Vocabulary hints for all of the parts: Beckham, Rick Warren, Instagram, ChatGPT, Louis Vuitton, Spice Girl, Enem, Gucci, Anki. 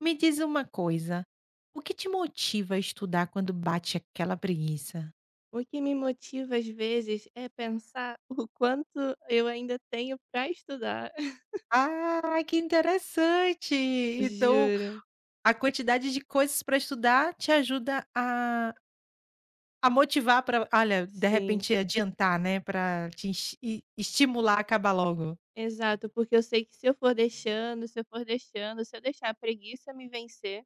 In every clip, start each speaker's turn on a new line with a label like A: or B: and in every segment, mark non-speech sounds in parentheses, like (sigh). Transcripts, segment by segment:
A: Me diz uma coisa, o que te motiva a estudar quando bate aquela preguiça?
B: O que me motiva às vezes é pensar (laughs) o quanto eu ainda tenho para estudar. (laughs)
A: Ah, que interessante! Então,
B: Juro.
A: a quantidade de coisas para estudar te ajuda a motivar para, olha, de
B: Sim,
A: repente adiantar, né, Para te es e estimular a acabar logo.
B: exato, porque eu sei que se eu for deixando, se eu deixar a preguiça me vencer,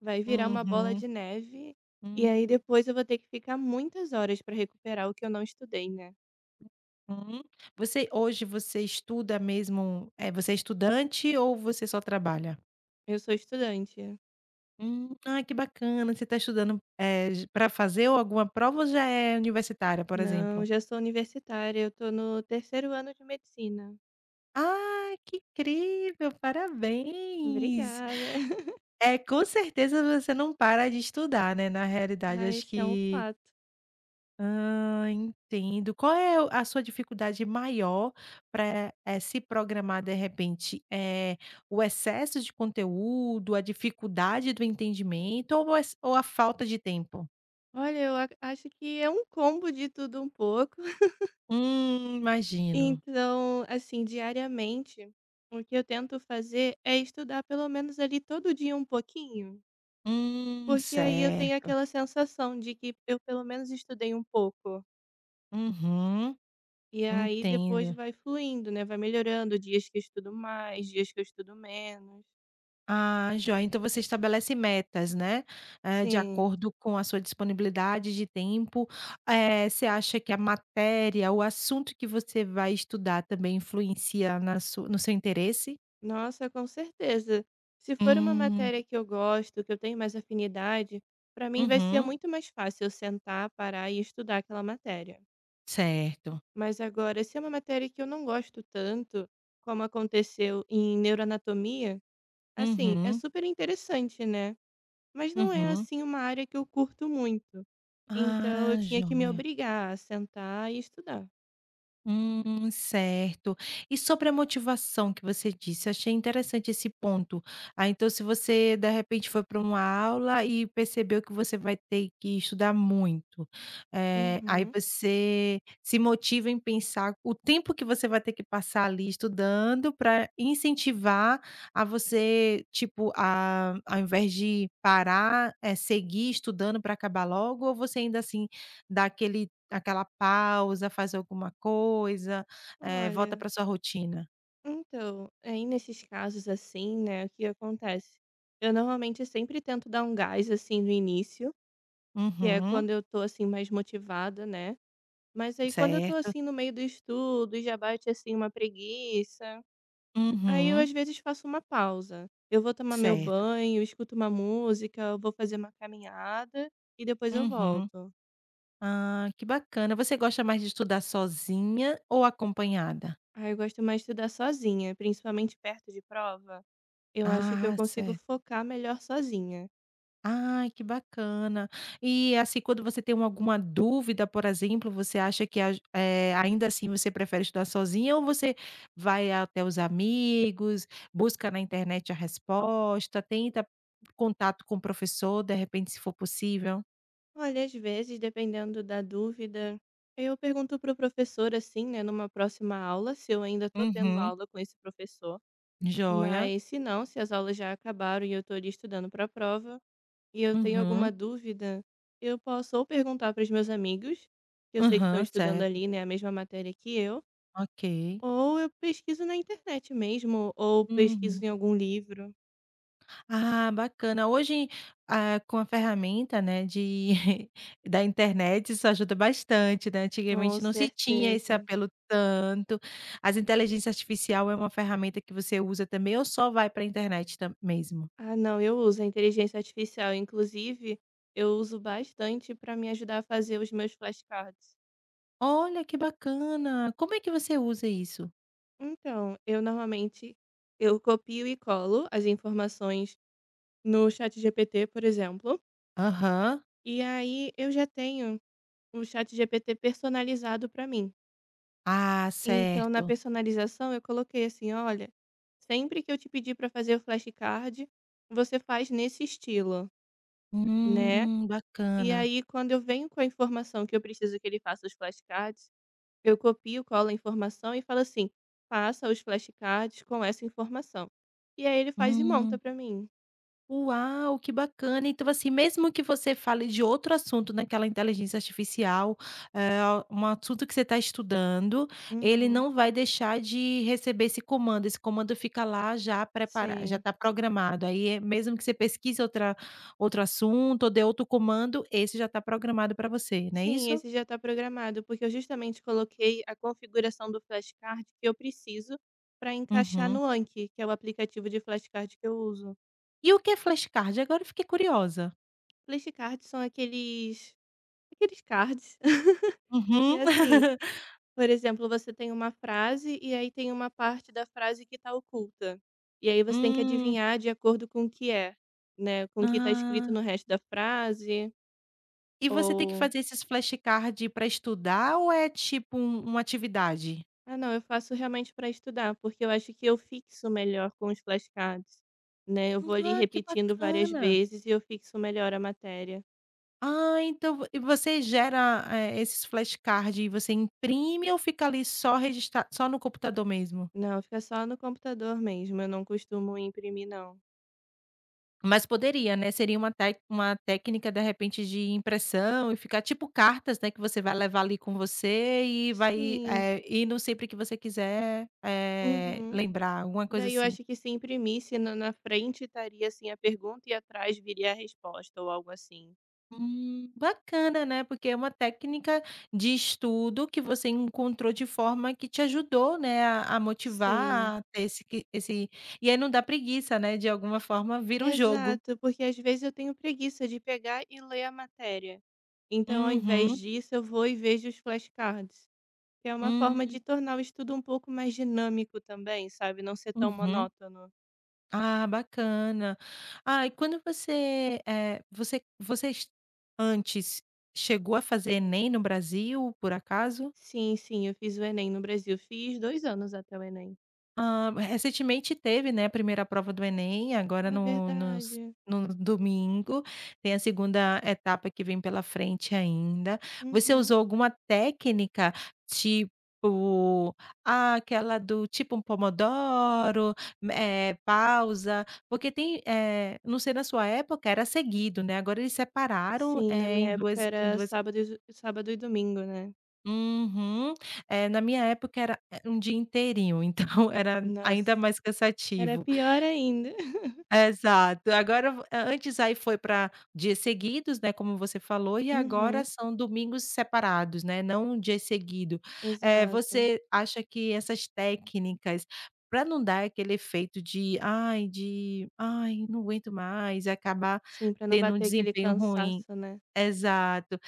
B: vai virar uma bola
A: Uhum,
B: de neve e aí
A: uhum.
B: depois eu vou ter que ficar muitas horas para recuperar o que eu não estudei, né.
A: Você hoje você estuda mesmo, você é estudante ou você só trabalha?
B: Eu sou estudante.
A: Ai que bacana. Você está estudando para fazer ou alguma prova ou já é universitária, por
B: Não,
A: exemplo?
B: já sou universitária, eu tô no terceiro ano de medicina.
A: Ah, que incrível, parabéns.
B: Obrigada. (laughs)
A: É, com certeza você não para de estudar, né, na realidade
B: Ah,
A: acho
B: esse é um
A: que.
B: fato.
A: Entendo. Qual é o a sua dificuldade maior para se programar de repente? É o excesso de conteúdo, a dificuldade do entendimento ou o ex ou a falta de tempo?
B: Olha, eu a acho que é um combo de tudo um pouco. (laughs)
A: Imagino.
B: Então, assim, diariamente, o que eu tento fazer é estudar pelo menos ali todo dia um pouquinho, porque aí eu tenho
A: Certo.
B: aquela sensação de que eu pelo menos estudei um pouco.
A: Uhum,
B: E aí depois
A: entendo.
B: vai fluindo, né, vai melhorando, dias que eu estudo mais, dias que eu estudo menos.
A: Ah, joia. Então você estabelece metas, né, de
B: Sim.
A: acordo com a sua disponibilidade de tempo. Você acha que a matéria, o assunto que você vai estudar também influencia na su no seu interesse?
B: Nossa, com certeza. Se for uma
A: Hum,
B: matéria que eu gosto, que eu tenho mais afinidade, para mim vai ser
A: uhum,
B: muito mais fácil eu sentar, parar e estudar aquela matéria.
A: certo.
B: Mas agora, se é uma matéria que eu não gosto tanto, como aconteceu em neuroanatomia, assim, é
A: Uhum,
B: super interessante, né? Mas não é
A: uhum.
B: assim uma área que eu curto muito. Então eu
A: Ah,
B: tinha que me
A: joia.
B: obrigar a sentar e estudar.
A: Certo. E sobre a motivação que você disse, achei interessante esse ponto. Ah, então se você de repente foi para uma aula e percebeu que você vai ter que estudar muito, aí
B: Uhum.
A: você se motiva em pensar o tempo que você vai ter que passar ali estudando para incentivar a você, tipo, a ao invés de parar, é seguir estudando para acabar logo, ou você ainda assim dá aquele Aquela pausa, faz alguma coisa, volta
B: Olha.
A: para sua rotina.
B: Então, aí nesses casos assim, né, o que acontece? Eu normalmente sempre tento dar um gás assim no início, que é
A: Uhum,
B: quando eu tô assim mais motivada, né? Mas aí quando eu tô
A: certo.
B: assim no meio do estudo, e já bate assim uma preguiça, aí eu
A: Uhum,
B: às vezes faço uma pausa. Eu vou tomar meu
A: certo.
B: banho, escuto uma música, eu vou fazer uma caminhada e depois eu
A: Uhum.
B: volto.
A: Ah, que bacana. Você gosta mais de estudar sozinha ou acompanhada?
B: Aí eu gosto mais de estudar sozinha, principalmente perto de prova. Eu acho que eu
A: Ah,
B: consigo
A: certo.
B: focar melhor sozinha.
A: Ai, que bacana. E, assim, quando você tem alguma dúvida, por exemplo, você acha que, ainda assim você prefere estudar sozinha, ou você vai até os amigos, busca na internet a resposta, tenta contato com o professor, de repente, se for possível?
B: Olha, às vezes, dependendo da dúvida, eu pergunto para o professor, assim, né, numa próxima aula, se eu ainda estou tendo
A: Uhum,
B: aula com esse professor.
A: joia.
B: Mas se não, se as aulas já acabaram e eu estou ali estudando para a prova e eu tenho alguma
A: Uhum.
B: dúvida, eu posso ou perguntar para os meus amigos, que eu sei que estão
A: Aham,
B: estudando
A: certo.
B: ali, né, a mesma matéria que eu,
A: Ok.
B: ou eu pesquiso na internet mesmo, ou pesquiso
A: Uhum.
B: em algum livro.
A: Ah, bacana. Hoje, com a ferramenta, né, de (laughs) da internet, isso ajuda bastante, né.
B: Com
A: Antigamente não se tinha esse
B: certeza.
A: apelo tanto. As inteligência artificial é uma ferramenta que você usa também, ou só vai para a internet tam mesmo?
B: Ah, não, eu uso a inteligência artificial. Inclusive, eu uso bastante para me ajudar a fazer os meus flashcards.
A: Olha, que bacana. Como é que você usa isso?
B: Então, eu normalmente eu copio e colo as informações no Chat GPT, por exemplo,
A: Aham.
B: e aí eu já tenho o Chat GPT personalizado para mim.
A: Ah,
B: Então, na
A: certo.
B: personalização, eu coloquei assim, olha, sempre que eu te pedir para fazer o flashcard, você faz nesse estilo, né? E
A: Bacana.
B: aí, quando eu venho com a informação que eu preciso que ele faça os flashcards, eu copio, colo a informação e falo assim: "Faça os flashcards com essa informação". E aí ele faz e monta
A: Hum.
B: pra mim.
A: Uau, que bacana. Então, assim, mesmo que você fale de outro assunto naquela inteligência artificial, eh, um assunto que você está estudando, ele
B: Uhum.
A: não vai deixar de receber esse comando. Esse comando fica lá já preparado, já
B: Sim.
A: está programado. Aí, mesmo que você pesquise outro assunto ou dê outro comando, esse já está programado para você, não é
B: Sim,
A: isso?
B: esse já tá programado, porque eu justamente coloquei a configuração do flashcard que eu preciso para encaixar
A: Uhum.
B: no Anki, que é o aplicativo de flashcard que eu uso.
A: E o que é flashcard? Agora eu fiquei curiosa.
B: Flashcards são aqueles cards (laughs) que,
A: Uhum.
B: assim,
A: (laughs)
B: por exemplo, você tem uma frase e aí tem uma parte da frase que está oculta. E aí você tem que
A: Hum.
B: adivinhar de acordo com o que é, né? Com o que está escrito
A: Ah.
B: no resto da frase.
A: E você tem que
B: Ou.
A: fazer esses flashcard para estudar, ou é tipo uma atividade?
B: Ah, não, eu faço realmente para estudar, porque eu acho que eu fixo melhor com os flashcards. Né? Eu vou ali
A: Ah, que
B: repetindo várias
A: bacana.
B: vezes e eu fixo melhor a matéria.
A: Ah, então vo e você gera, esses flashcards, e você imprime ou fica ali só registrar só no computador mesmo?
B: Não, fica só no computador mesmo. Eu não costumo imprimir, não.
A: Mas poderia, né, seria uma técnica, de repente, de impressão e ficar tipo cartas, né, que você vai levar ali com você e vai,
B: Sim.
A: indo sempre que você quiser,
B: Uhum.
A: lembrar alguma coisa
B: Daí eu
A: assim.
B: acho que se imprimisse na frente estaria, assim, a pergunta e atrás viria a resposta ou algo assim.
A: Bacana, né, porque é uma técnica de estudo que você encontrou de forma que te ajudou, né, a
B: Sim.
A: motivar, a ter esse, e aí não dá preguiça, né, de alguma forma vira um jogo.
B: Exato, porque às vezes eu tenho preguiça de pegar e ler a matéria. Então, ao invés
A: Uhum.
B: disso, eu vou e vejo os flashcards, que é uma
A: Hum,
B: forma de tornar o estudo um pouco mais dinâmico também, sabe? Não ser tão
A: uhum.
B: monótono.
A: Ah, bacana. Ah, e quando você, eh, você vocês antes chegou a fazer Enem no Brasil, por acaso?
B: Sim, sim, eu fiz o Enem no Brasil. Fiz 2 anos até o Enem.
A: Hã, recentemente teve, né, a primeira prova do Enem, agora
B: Ah,
A: no nos
B: verdade.
A: no domingo, tem a segunda etapa que vem pela frente ainda. Você
B: Uhum.
A: usou alguma técnica, tipo, aquela do tipo um pomodoro, pausa, porque tem, não sei, na sua época era seguido, né, agora eles separaram,
B: Sim, na minha
A: em
B: época
A: duas em
B: era
A: duas
B: sábado e domingo, né?
A: Uhum. Na minha época era, um dia inteirinho, (laughs) então era ainda
B: Nossa,
A: mais
B: era
A: cansativo.
B: pior ainda. (laughs)
A: Exato. Agora v antes aí foi para dias seguidos, né, como você falou, e agora
B: Uhum,
A: são domingos separados, né, não um dia seguido.
B: exato.
A: Você acha que essas técnicas, para não dar aquele efeito de ai, não aguento mais", e acabar
B: Sim, pra não
A: tendo um
B: bater aquele
A: desempenho ruim.
B: cansaço, né.
A: Exato.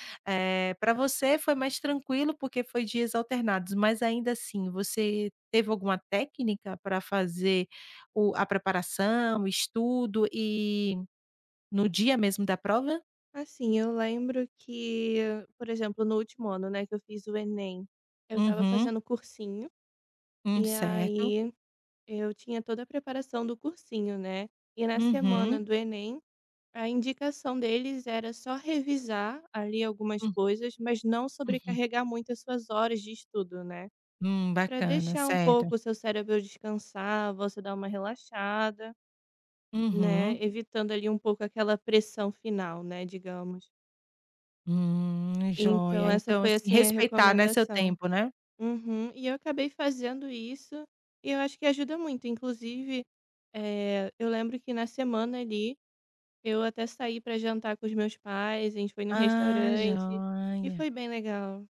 A: Para você foi mais tranquilo, porque foi dias alternados, mas ainda assim, você teve alguma técnica para fazer o a preparação, o estudo, e no dia mesmo da prova?
B: Assim, eu lembro que, por exemplo, no último ano, né, que eu fiz o Enem, eu estava
A: Uhum.
B: fazendo cursinho, e
A: Certo.
B: aí eu tinha toda a preparação do cursinho, né, e na semana
A: Uhum.
B: do Enem, a indicação deles era só revisar, ali, algumas
A: Hum,
B: coisas, mas não
A: uhum.
B: sobrecarregar muito as suas horas de estudo, né, para
A: Bacana,
B: deixar um
A: certo.
B: pouco o seu cérebro descansar, você dá uma relaxada,
A: Uhum.
B: né, evitando ali um pouco aquela pressão final, né, digamos. Então
A: Joia.
B: essa
A: Então,
B: foi,
A: assim,
B: assim, a
A: respeitar, né, seu
B: recomendação.
A: tempo, né?
B: Uhum. E eu acabei fazendo isso, e eu acho que ajuda muito, inclusive, eu lembro que na semana ali, eu até saí para jantar com os meus pais, a gente foi no
A: Ah,
B: restaurante, e foi
A: joia.
B: bem legal.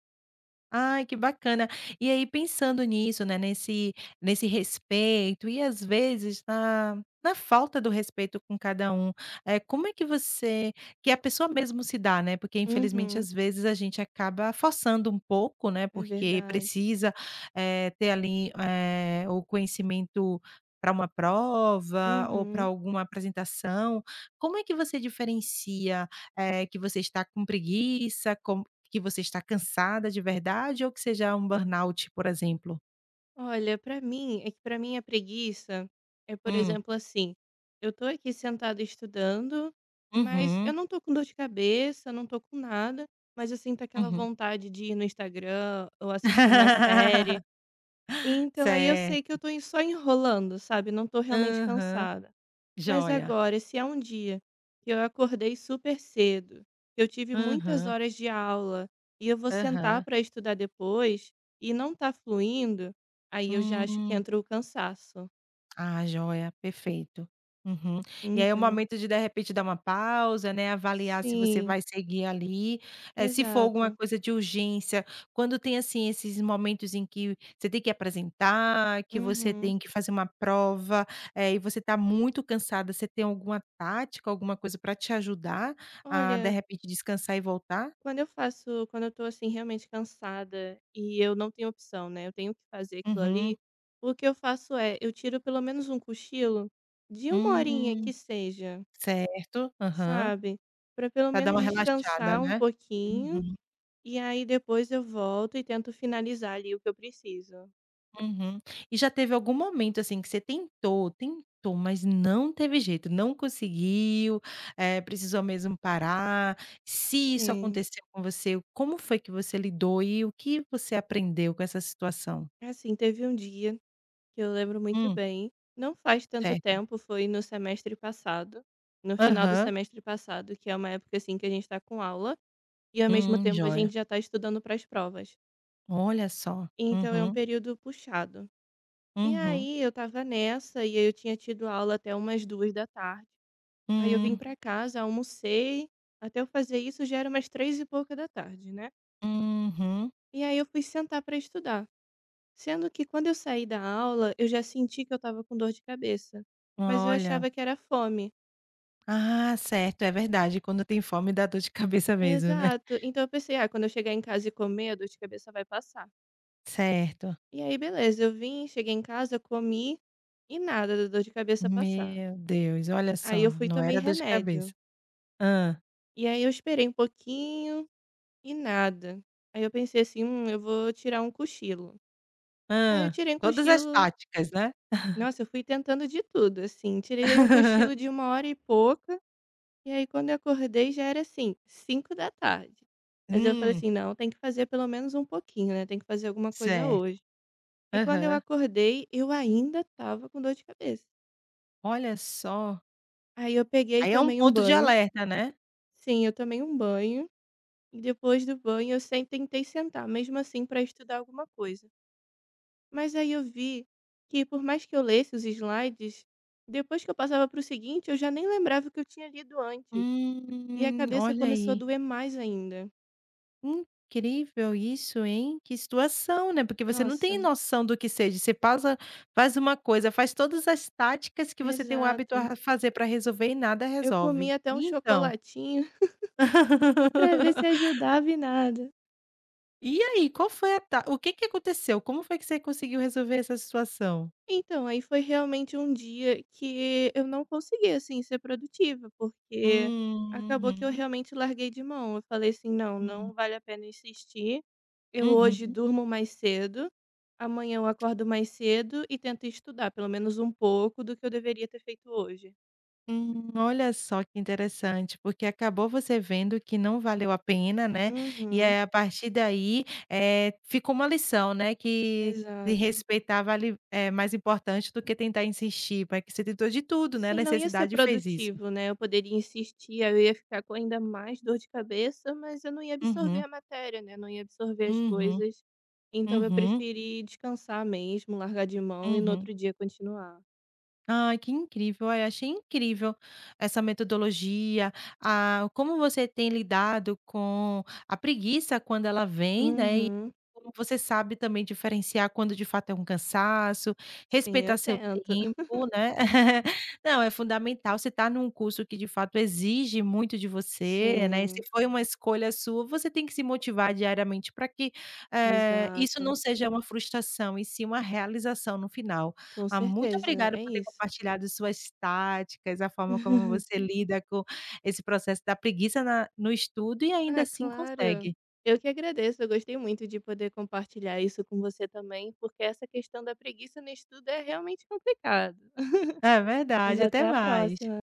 A: Ai, que bacana. E aí pensando nisso, né, nesse respeito e às vezes na falta do respeito com cada um, é como é que você, que a pessoa mesmo se dá, né, porque infelizmente
B: Uhum.
A: às vezes a gente acaba forçando um pouco, né,
B: É
A: porque
B: verdade.
A: precisa, ter ali, o conhecimento para uma prova ou para
B: Uhum.
A: alguma apresentação. Como é que você diferencia, que você está com preguiça, que você está cansada de verdade ou que seja um burnout, por exemplo?
B: Olha, pra mim, é que pra mim a preguiça é, por
A: Hum.
B: exemplo, assim, eu tô aqui sentada estudando, mas eu
A: Uhum,
B: não tô com dor de cabeça, não tô com nada, mas eu sinto aquela
A: uhum.
B: vontade de ir no Instagram ou assistir uma série.
A: (laughs)
B: Então aí eu sei que
A: Certo.
B: eu tô só enrolando, sabe? Não tô realmente
A: Aham.
B: cansada. Mas
A: Joia.
B: agora, se é um dia que eu acordei super cedo, que eu tive muitas
A: Aham,
B: horas de aula e eu vou sentar
A: aham.
B: para estudar depois e não tá fluindo, aí eu já acho que
A: Hum.
B: entra o cansaço.
A: Ah, joia, perfeito. Uhum. E aí é o
B: Então,
A: momento de repente, dar uma pausa, né, avaliar se você
B: sim,
A: vai seguir ali, se for alguma
B: exato.
A: coisa de urgência, quando tem, assim, esses momentos em que você tem que apresentar, que você
B: Uhum.
A: tem que fazer uma prova, e você está muito cansada, você tem alguma tática, alguma coisa para te ajudar a, de
B: Olha,
A: repente, descansar e voltar?
B: quando eu faço, quando eu tô assim realmente cansada e eu não tenho opção, né? Eu tenho que fazer aquilo
A: Uhum.
B: ali. O que eu faço é, eu tiro pelo menos um cochilo de uma horinha que
A: Hum,
B: seja.
A: certo. Aham.
B: Sabe? Para pelo
A: Pra dar
B: menos
A: uma relaxada,
B: descansar um
A: né?
B: pouquinho,
A: Uhum.
B: e aí depois eu volto e tento finalizar ali o que eu preciso.
A: Uhum. E já teve algum momento, assim, que você tentou, tentou, mas não teve jeito, não conseguiu, precisou mesmo parar? Se isso
B: Sim.
A: aconteceu com você, como foi que você lidou e o que você aprendeu com essa situação?
B: Assim, teve um dia que eu lembro muito
A: Hum,
B: bem, não faz tanto
A: certo.
B: tempo, foi no semestre passado, no final do
A: Aham.
B: semestre passado, que é uma época assim que a gente está com aula e ao mesmo tempo a
A: Joia.
B: gente já está estudando para as provas.
A: Olha só.
B: Então é um
A: Uhum,
B: período puxado. E
A: uhum,
B: aí eu tava nessa e aí eu tinha tido aula até umas 2 da tarde. Aí eu vim
A: hum,
B: pra casa, almocei, até eu fazer isso já era umas três e pouca da tarde, né.
A: uhum.
B: E aí eu fui sentar pra estudar, sendo que quando eu saí da aula, eu já senti que eu estava com dor de cabeça, mas eu
A: Olha.
B: achava que era fome.
A: Ah, certo, é verdade, quando tem fome dá dor de cabeça mesmo, né.
B: Exato, então eu pensei: "Ah, quando eu chegar em casa e comer, a dor de cabeça vai passar".
A: Certo.
B: E aí beleza, eu vim, cheguei em casa, comi e nada da dor de cabeça passar.
A: Meu Deus, olha só,
B: Aí eu fui e
A: não
B: tomei
A: era dor de cabeça.
B: remédio,
A: Hã,
B: e aí eu esperei um pouquinho e nada. Aí eu pensei assim: eu vou tirar um cochilo". Aí eu
A: hã.
B: tirei um
A: Todas as
B: cochilo.
A: táticas, né.
B: Nossa, eu fui tentando de tudo, assim, tirei daí um cochilo de
A: (laughs)
B: uma hora e pouca, e aí quando eu acordei já era, assim, 5 da tarde. Mas eu falei
A: Hum,
B: assim: "Não, tem que fazer pelo menos um pouquinho, né, tem que fazer alguma coisa
A: certo.
B: hoje". E quando eu
A: Aham.
B: acordei, eu ainda estava com dor de cabeça.
A: Olha só,
B: Aí eu peguei e
A: aí é um
B: tomei um
A: ponto de
B: banho.
A: alerta, né.
B: Sim, eu tomei um banho, e depois do banho eu sem tentei sentar, mesmo assim, pra estudar alguma coisa. Mas aí eu vi que por mais que eu lesse os slides, depois que eu passava para o seguinte, eu já nem lembrava o que eu tinha lido antes. E a cabeça
A: Olha
B: começou a
A: aí,
B: doer mais ainda.
A: incrível isso, hein. Que situação, né, porque você não tem
B: Nossa,
A: noção do que seja, você passa, faz uma coisa, faz todas as táticas que você tem o hábito
B: exato.
A: a fazer para resolver e nada
B: Eu comi
A: resolve.
B: até um
A: E então?
B: chocolatinho (laughs) para ver se
A: (laughs)
B: ajudava e nada.
A: E aí, qual foi a ta o que que aconteceu? Como foi que você conseguiu resolver essa situação?
B: Então, aí foi realmente um dia que eu não consegui, assim, ser produtiva, porque acabou que eu
A: Uhum,
B: realmente larguei de mão. Eu falei assim: não, não
A: hum,
B: vale a pena insistir. Eu hoje
A: uhum,
B: durmo mais cedo, amanhã eu acordo mais cedo e tento estudar pelo menos um pouco do que eu deveria ter feito hoje.
A: olha só que interessante, porque acabou você vendo que não valeu a pena, né, e
B: Uhum,
A: aí a partir daí, ficou uma lição, né, que se
B: exato.
A: respeitar vale, é mais importante do que tentar insistir, vai que você tentou de tudo, né, a
B: Sim, não ia ser
A: necessidade fez isso.
B: produtivo, né, eu poderia insistir, aí eu ia ficar com ainda mais dor de cabeça, mas eu não ia absorver
A: Uhum,
B: a matéria, né, não ia absorver as
A: uhum,
B: coisas. Então eu
A: uhum,
B: preferi descansar mesmo, largar de mão e no
A: uhum.
B: outro dia continuar.
A: Ai, que incrível. Ai, achei incrível essa metodologia, como você tem lidado com a preguiça quando ela vem, né, e
B: Uhum.
A: como você sabe também diferenciar quando de fato é um cansaço,
B: Sim,
A: respeitar
B: eu
A: seu
B: tento. (laughs)
A: tempo, né. (laughs) Não, é fundamental, você está num curso que de fato exige muito de você, né, se
B: Sim,
A: foi uma escolha sua, você tem que se motivar diariamente para que, isso
B: exato.
A: não seja uma frustração e sim uma realização no final.
B: Com
A: Ah, muito
B: certeza,
A: obrigada
B: é
A: por ter
B: isso.
A: compartilhado suas táticas, a forma como você
B: (laughs)
A: lida com esse processo da preguiça na no estudo e ainda
B: Ah,
A: assim
B: claro.
A: consegue.
B: Eu que agradeço, eu gostei muito de poder compartilhar isso com você também, porque essa questão da preguiça no estudo é realmente complicada.
A: É
B: Mas
A: verdade, até
B: até a
A: mais.
B: próxima.